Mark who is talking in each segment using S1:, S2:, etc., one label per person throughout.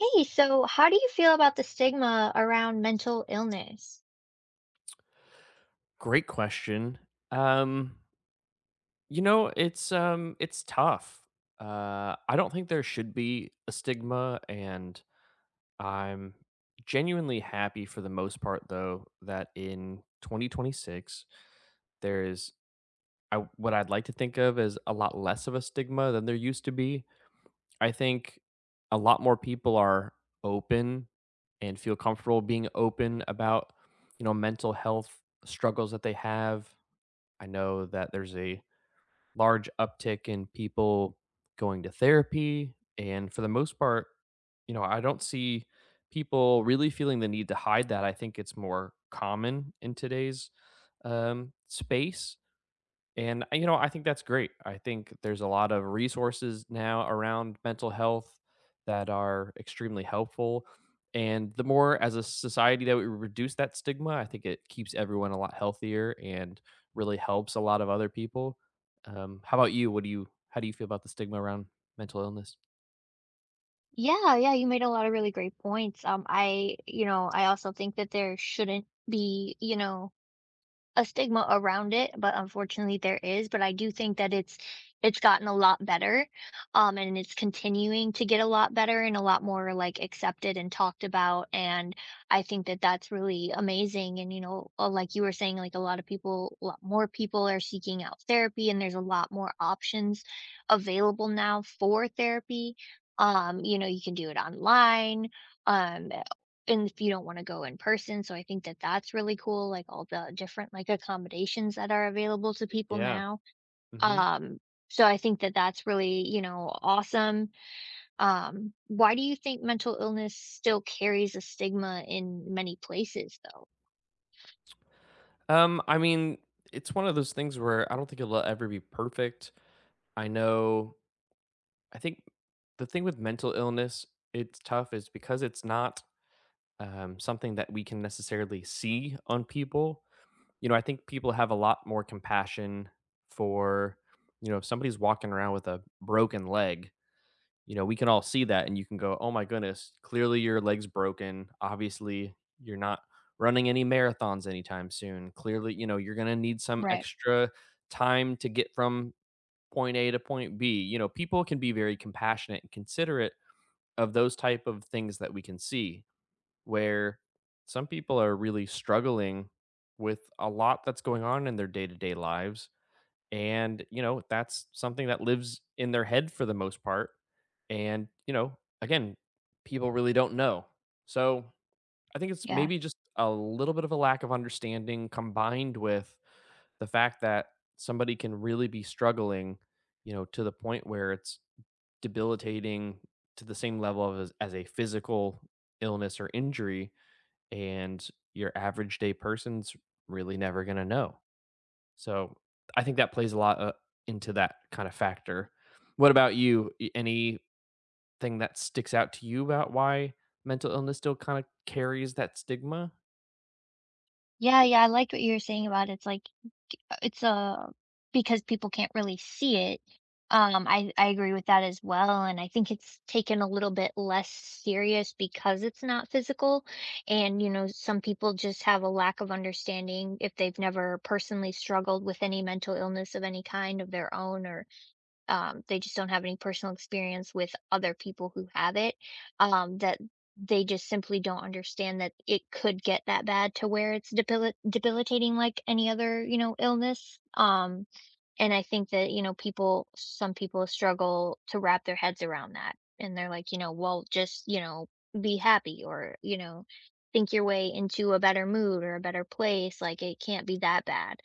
S1: Hey, so how do you feel about the stigma around mental illness?
S2: Great question. Um, it's tough. I don't think there should be a stigma, and I'm genuinely happy for the most part though that in 2026 there is, what I'd like to think of as a lot less of a stigma than there used to be. I think a lot more people are open and feel comfortable being open about mental health struggles that they have. I know that there's a large uptick in people going to therapy. And for the most part, I don't see people really feeling the need to hide that. I think it's more common in today's space. And, I think that's great. I think there's a lot of resources now around mental health that are extremely helpful. And the more as a society that we reduce that stigma, I think it keeps everyone a lot healthier and really helps a lot of other people. How about you? What do you how do you feel about the stigma around mental illness?
S1: Yeah, yeah, you made a lot of really great points. I, you know, I also think that there shouldn't be, you know, a stigma around it, but unfortunately there is. But I do think that it's gotten a lot better, and it's continuing to get a lot better and a lot more like accepted and talked about. And I think that that's really amazing. And you know, like you were saying, like a lot of people, a lot more people are seeking out therapy, and there's a lot more options available now for therapy. You know, you can do it online. Um, and if you don't want to go in person. So I think that that's really cool, like all the different like accommodations that are available to people
S2: Yeah.
S1: now.
S2: Hmm.
S1: Um, so I think that that's really, you know, awesome. Why do you think mental illness still carries a stigma in many places though?
S2: I mean, it's one of those things where I don't think it'll ever be perfect. I know I think the thing with mental illness, it's tough is because it's not something that we can necessarily see on people. You know, I think people have a lot more compassion for, you know, if somebody's walking around with a broken leg, you know, we can all see that, and you can go, oh my goodness, clearly your leg's broken. Obviously, you're not running any marathons anytime soon. Clearly, you know, you're going to need some
S1: Right.
S2: extra time to get from point A to point B. You know, people can be very compassionate and considerate of those type of things that we can see, where some people are really struggling with a lot that's going on in their day-to-day lives, and you know that's something that lives in their head for the most part. And you know, again, people really don't know. So I think it's
S1: Yeah.
S2: maybe just a little bit of a lack of understanding combined with the fact that somebody can really be struggling, you know, to the point where it's debilitating, to the same level of as a physical illness or injury, and your average day person's really never going to know. So I think that plays a lot into that kind of factor. What about you? Anything that sticks out to you about why mental illness still kind of carries that stigma?
S1: Yeah, yeah, I like what you were saying about it's like it's a because people can't really see it. I agree with that as well, and I think it's taken a little bit less serious because it's not physical, and you know some people just have a lack of understanding if they've never personally struggled with any mental illness of any kind of their own or they just don't have any personal experience with other people who have it, that they just simply don't understand that it could get that bad to where it's debilitating like any other, you know, illness. And I think that, you know, people some people struggle to wrap their heads around that. And they're like, you know, well, just, you know, be happy or, you know, think your way into a better mood or a better place. Like it can't be that bad.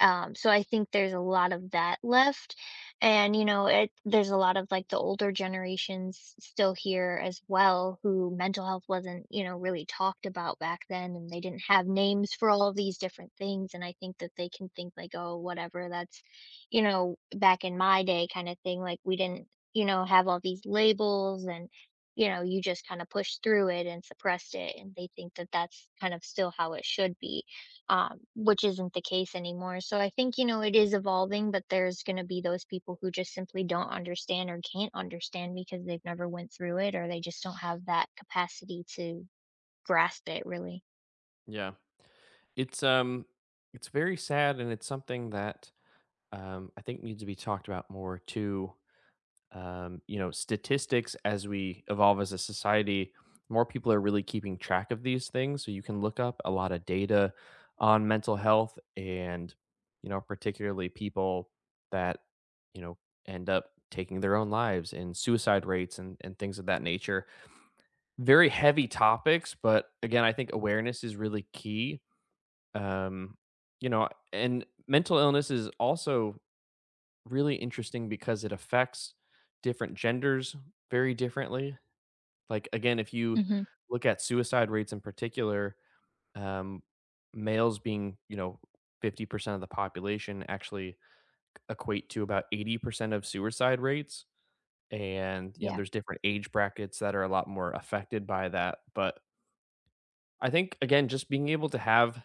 S1: So I think there's a lot of that left. And, you know, it there's a lot of like the older generations still here as well who mental health wasn't, you know, really talked about back then and they didn't have names for all of these different things. And I think that they can think like, oh, whatever, that's you know, back in my day kind of thing, like we didn't, you know, have all these labels and, you know, you just kind of pushed through it and suppressed it. And they think that that's kind of still how it should be, which isn't the case anymore. So I think, you know, it is evolving, but there's going to be those people who just simply don't understand or can't understand because they've never went through it or they just don't have that capacity to grasp it really.
S2: Yeah, it's um it's very sad, and it's something that I think needs to be talked about more too. You know, statistics, as we evolve as a society, more people are really keeping track of these things. So you can look up a lot of data on mental health and, you know, particularly people that, you know, end up taking their own lives and suicide rates and things of that nature. Very heavy topics, but again, I think awareness is really key. Um, you know, and mental illness is also really interesting because it affects different genders very differently. Like, again, if you
S1: Hmm.
S2: look at suicide rates in particular, um, males being, you know, 50% of the population actually equate to about 80% of suicide rates. And, you know,
S1: Yeah.
S2: there's different age brackets that are a lot more affected by that. But I think, again, just being able to have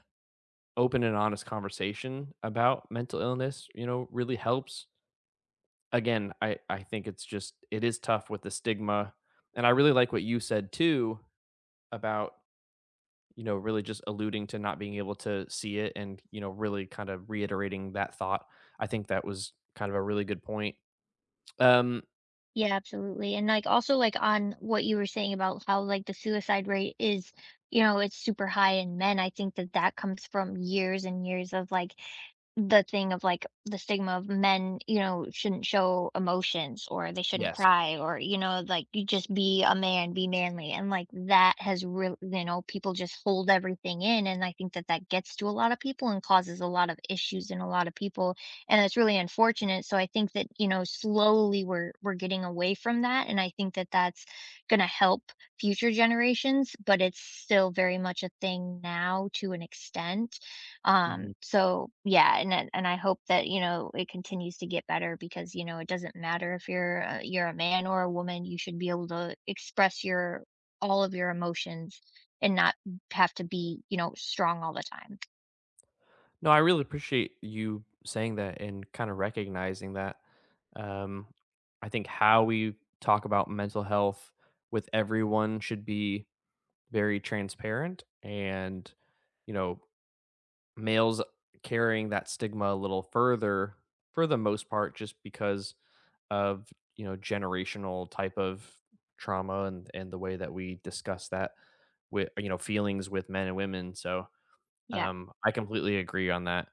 S2: open and honest conversation about mental illness, you know, really helps. Again, I think it's just it is tough with the stigma, and I really like what you said too about, you know, really just alluding to not being able to see it, and, you know, really kind of reiterating that thought. I think that was kind of a really good point. Um.
S1: Yeah, absolutely. And like also like on what you were saying about how like the suicide rate is, you know, it's super high in men. I think that that comes from years and years of like the thing of, like, the stigma of men, you know, shouldn't show emotions or they shouldn't
S2: Yes.
S1: cry or, you know, like, you just be a man, be manly, and, like, that has really, you know, people just hold everything in, and I think that that gets to a lot of people and causes a lot of issues in a lot of people, and it's really unfortunate, so I think that, you know, slowly we're getting away from that, and I think that that's gonna help future generations, but it's still very much a thing now to an extent.
S2: Mhm.
S1: So yeah, and then and I hope that, you know, it continues to get better because, you know, it doesn't matter if you're a man or a woman, you should be able to express your all of your emotions and not have to be, you know, strong all the time.
S2: No, I really appreciate you saying that and kind of recognizing that. Um, I think how we talk about mental health with everyone should be very transparent and, you know, males carrying that stigma a little further for the most part just because of, you know, generational type of trauma, and the way that we discuss that with, you know, feelings with men and women. So
S1: Yeah.
S2: I completely agree on that.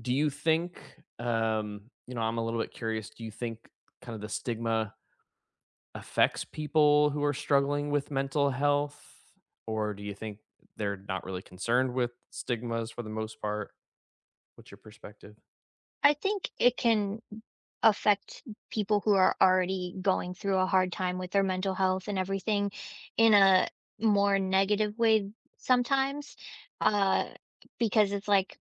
S2: Do you think, you know, I'm a little bit curious, do you think kind of the stigma affects people who are struggling with mental health, or do you think they're not really concerned with stigmas for the most part? What's your perspective?
S1: I think it can affect people who are already going through a hard time with their mental health and everything in a more negative way sometimes. Uh because it's like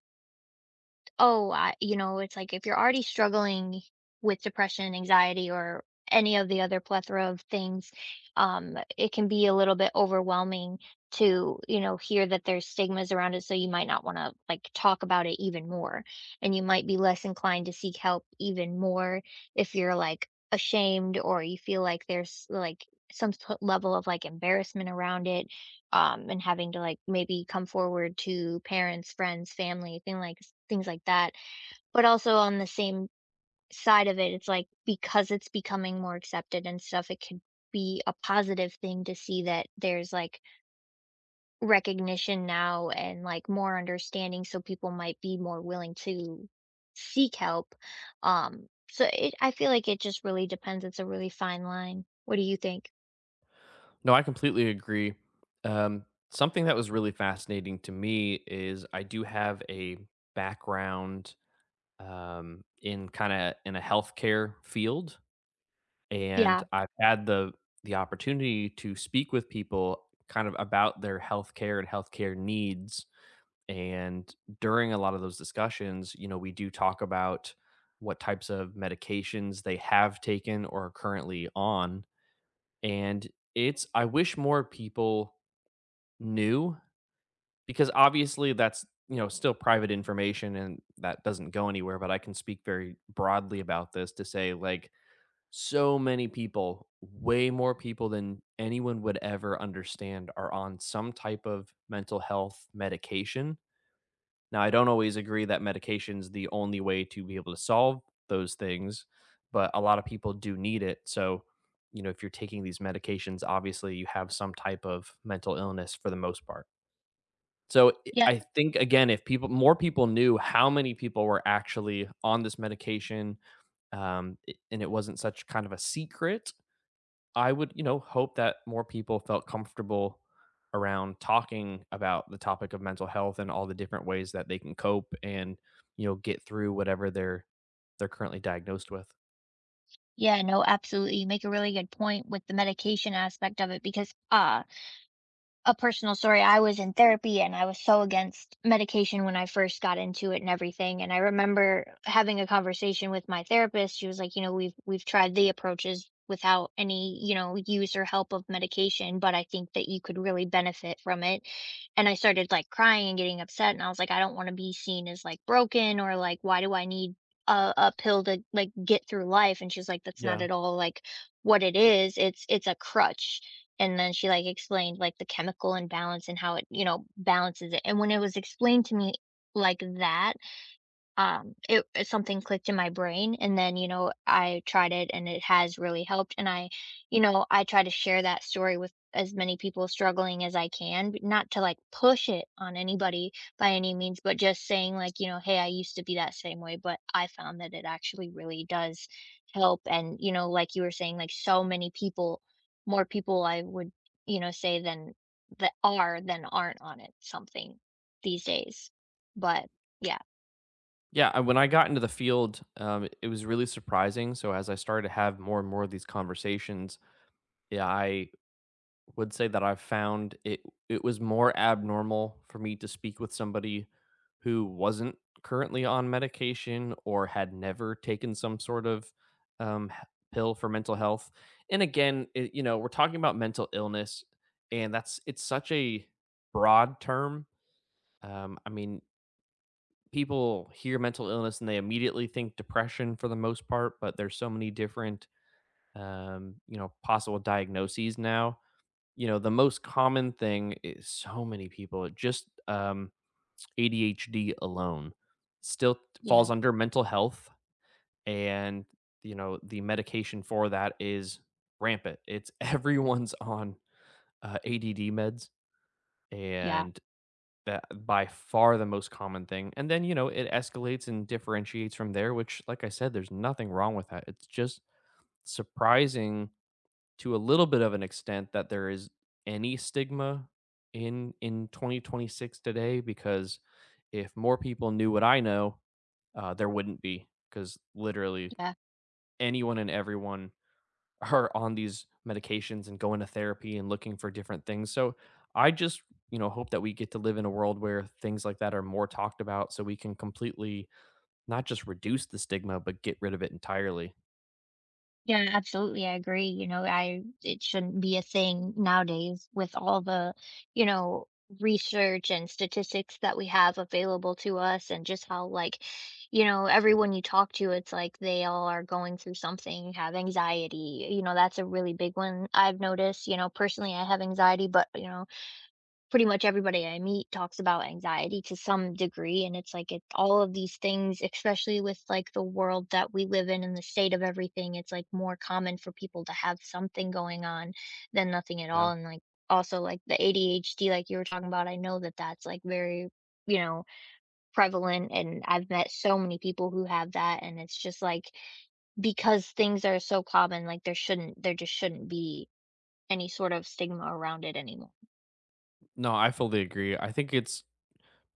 S1: oh, I, you know, it's like if you're already struggling with depression, anxiety, or any of the other plethora of things, it can be a little bit overwhelming to, you know, hear that there's stigmas around it. So you might not want to like talk about it even more. And you might be less inclined to seek help even more if you're like ashamed or you feel like there's like some sort level of like embarrassment around it and having to like maybe come forward to parents, friends, family, things like that. But also on the same side of it, it's like because it's becoming more accepted and stuff, it could be a positive thing to see that there's like recognition now and like more understanding so people might be more willing to seek help. So it I feel like it just really depends. It's a really fine line. What do you think?
S2: No, I completely agree. Um, something that was really fascinating to me is I do have a background in kind of in a healthcare field, and
S1: Yeah.
S2: I've had the opportunity to speak with people kind of about their healthcare and healthcare needs. And during a lot of those discussions, you know, we do talk about what types of medications they have taken or are currently on. And it's I wish more people knew, because obviously that's, you know, still private information and that doesn't go anywhere, but I can speak very broadly about this to say like so many people, way more people than anyone would ever understand, are on some type of mental health medication. Now, I don't always agree that medication's the only way to be able to solve those things, but a lot of people do need it. So, you know, if you're taking these medications, obviously you have some type of mental illness for the most part. So,
S1: Yeah.
S2: I think again, if people more people knew how many people were actually on this medication, and it wasn't such kind of a secret, I would, you know, hope that more people felt comfortable around talking about the topic of mental health and all the different ways that they can cope and, you know, get through whatever they're currently diagnosed with.
S1: Yeah, no, absolutely. You make a really good point with the medication aspect of it because a personal story. I was in therapy and I was so against medication when I first got into it and everything. And I remember having a conversation with my therapist. She was like, you know, we've tried the approaches without any, you know, use or help of medication, but I think that you could really benefit from it. And I started like crying and getting upset and I was like, I don't want to be seen as like broken or like why do I need a pill to like get through life and she's like that's not
S2: Yeah.
S1: at all like what it is it's a crutch and then she like explained like the chemical imbalance and how it you know balances it and when it was explained to me like that, it it's something clicked in my brain, and then, you know, I tried it, and it has really helped, and I you know, I try to share that story with as many people struggling as I can, but not to, like, push it on anybody by any means, but just saying, like, you know, "Hey, I used to be that same way, but I found that it actually really does help," and, you know, like you were saying, like, so many people more people I would, you know, say than that are than aren't on it something these days. But, yeah.
S2: When I got into the field, it was really surprising. So as I started to have more and more of these conversations, yeah, I would say that I found it was more abnormal for me to speak with somebody who wasn't currently on medication or had never taken some sort of pill for mental health. And again, it, you know, we're talking about mental illness, and that's it's such a broad term. I mean, people hear mental illness and they immediately think depression for the most part, but there's so many different you know, possible diagnoses now. You know, the most common thing is so many people, it just ADHD alone still falls
S1: Yeah.
S2: under mental health. And, you know, the medication for that is rampant. It's everyone's on ADD meds.
S1: Yeah,
S2: And that by far the most common thing. And then, you know, it escalates and differentiates from there, which, like I said, there's nothing wrong with that. It's just surprising to a little bit of an extent that there is any stigma in 2026 today, because if more people knew what I know, there wouldn't be, because literally
S1: yeah.
S2: anyone and everyone are on these medications and going to therapy and looking for different things. So I just you know hope that we get to live in a world where things like that are more talked about so we can completely not just reduce the stigma but get rid of it entirely.
S1: Yeah, absolutely, I agree, you know, I it shouldn't be a thing nowadays with all the, you know, research and statistics that we have available to us and just how, like, you know, everyone you talk to, it's like they all are going through something, have anxiety, you know, that's a really big one I've noticed, you know, personally, I have anxiety, but, you know, pretty much everybody I meet talks about anxiety to some degree. And it's like it's all of these things, especially with like the world that we live in and the state of everything, it's like more common for people to have something going on than nothing at
S2: Yeah.
S1: all. And like also like the ADHD, like you were talking about, I know that that's like very, you know, prevalent. And I've met so many people who have that. And it's just like because things are so common, like there shouldn't, there just shouldn't be any sort of stigma around it anymore.
S2: No, I fully agree. I think it's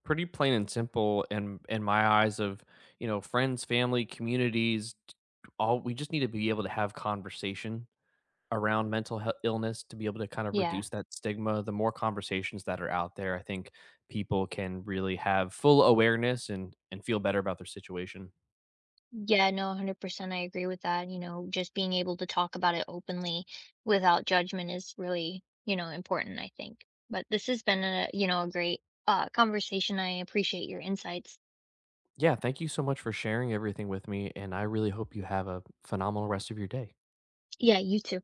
S2: pretty plain and simple in my eyes of, you know, friends, family, communities, all we just need to be able to have conversation around mental health illness to be able to kind of
S1: Yeah.
S2: reduce that stigma. The more conversations that are out there, I think people can really have full awareness and feel better about their situation.
S1: Yeah, no, 100% I agree with that. You know, just being able to talk about it openly without judgment is really, you know, important, I think. But this has been a, you know, a great conversation. I appreciate your insights.
S2: Yeah, thank you so much for sharing everything with me, and I really hope you have a phenomenal rest of your day.
S1: Yeah, you too.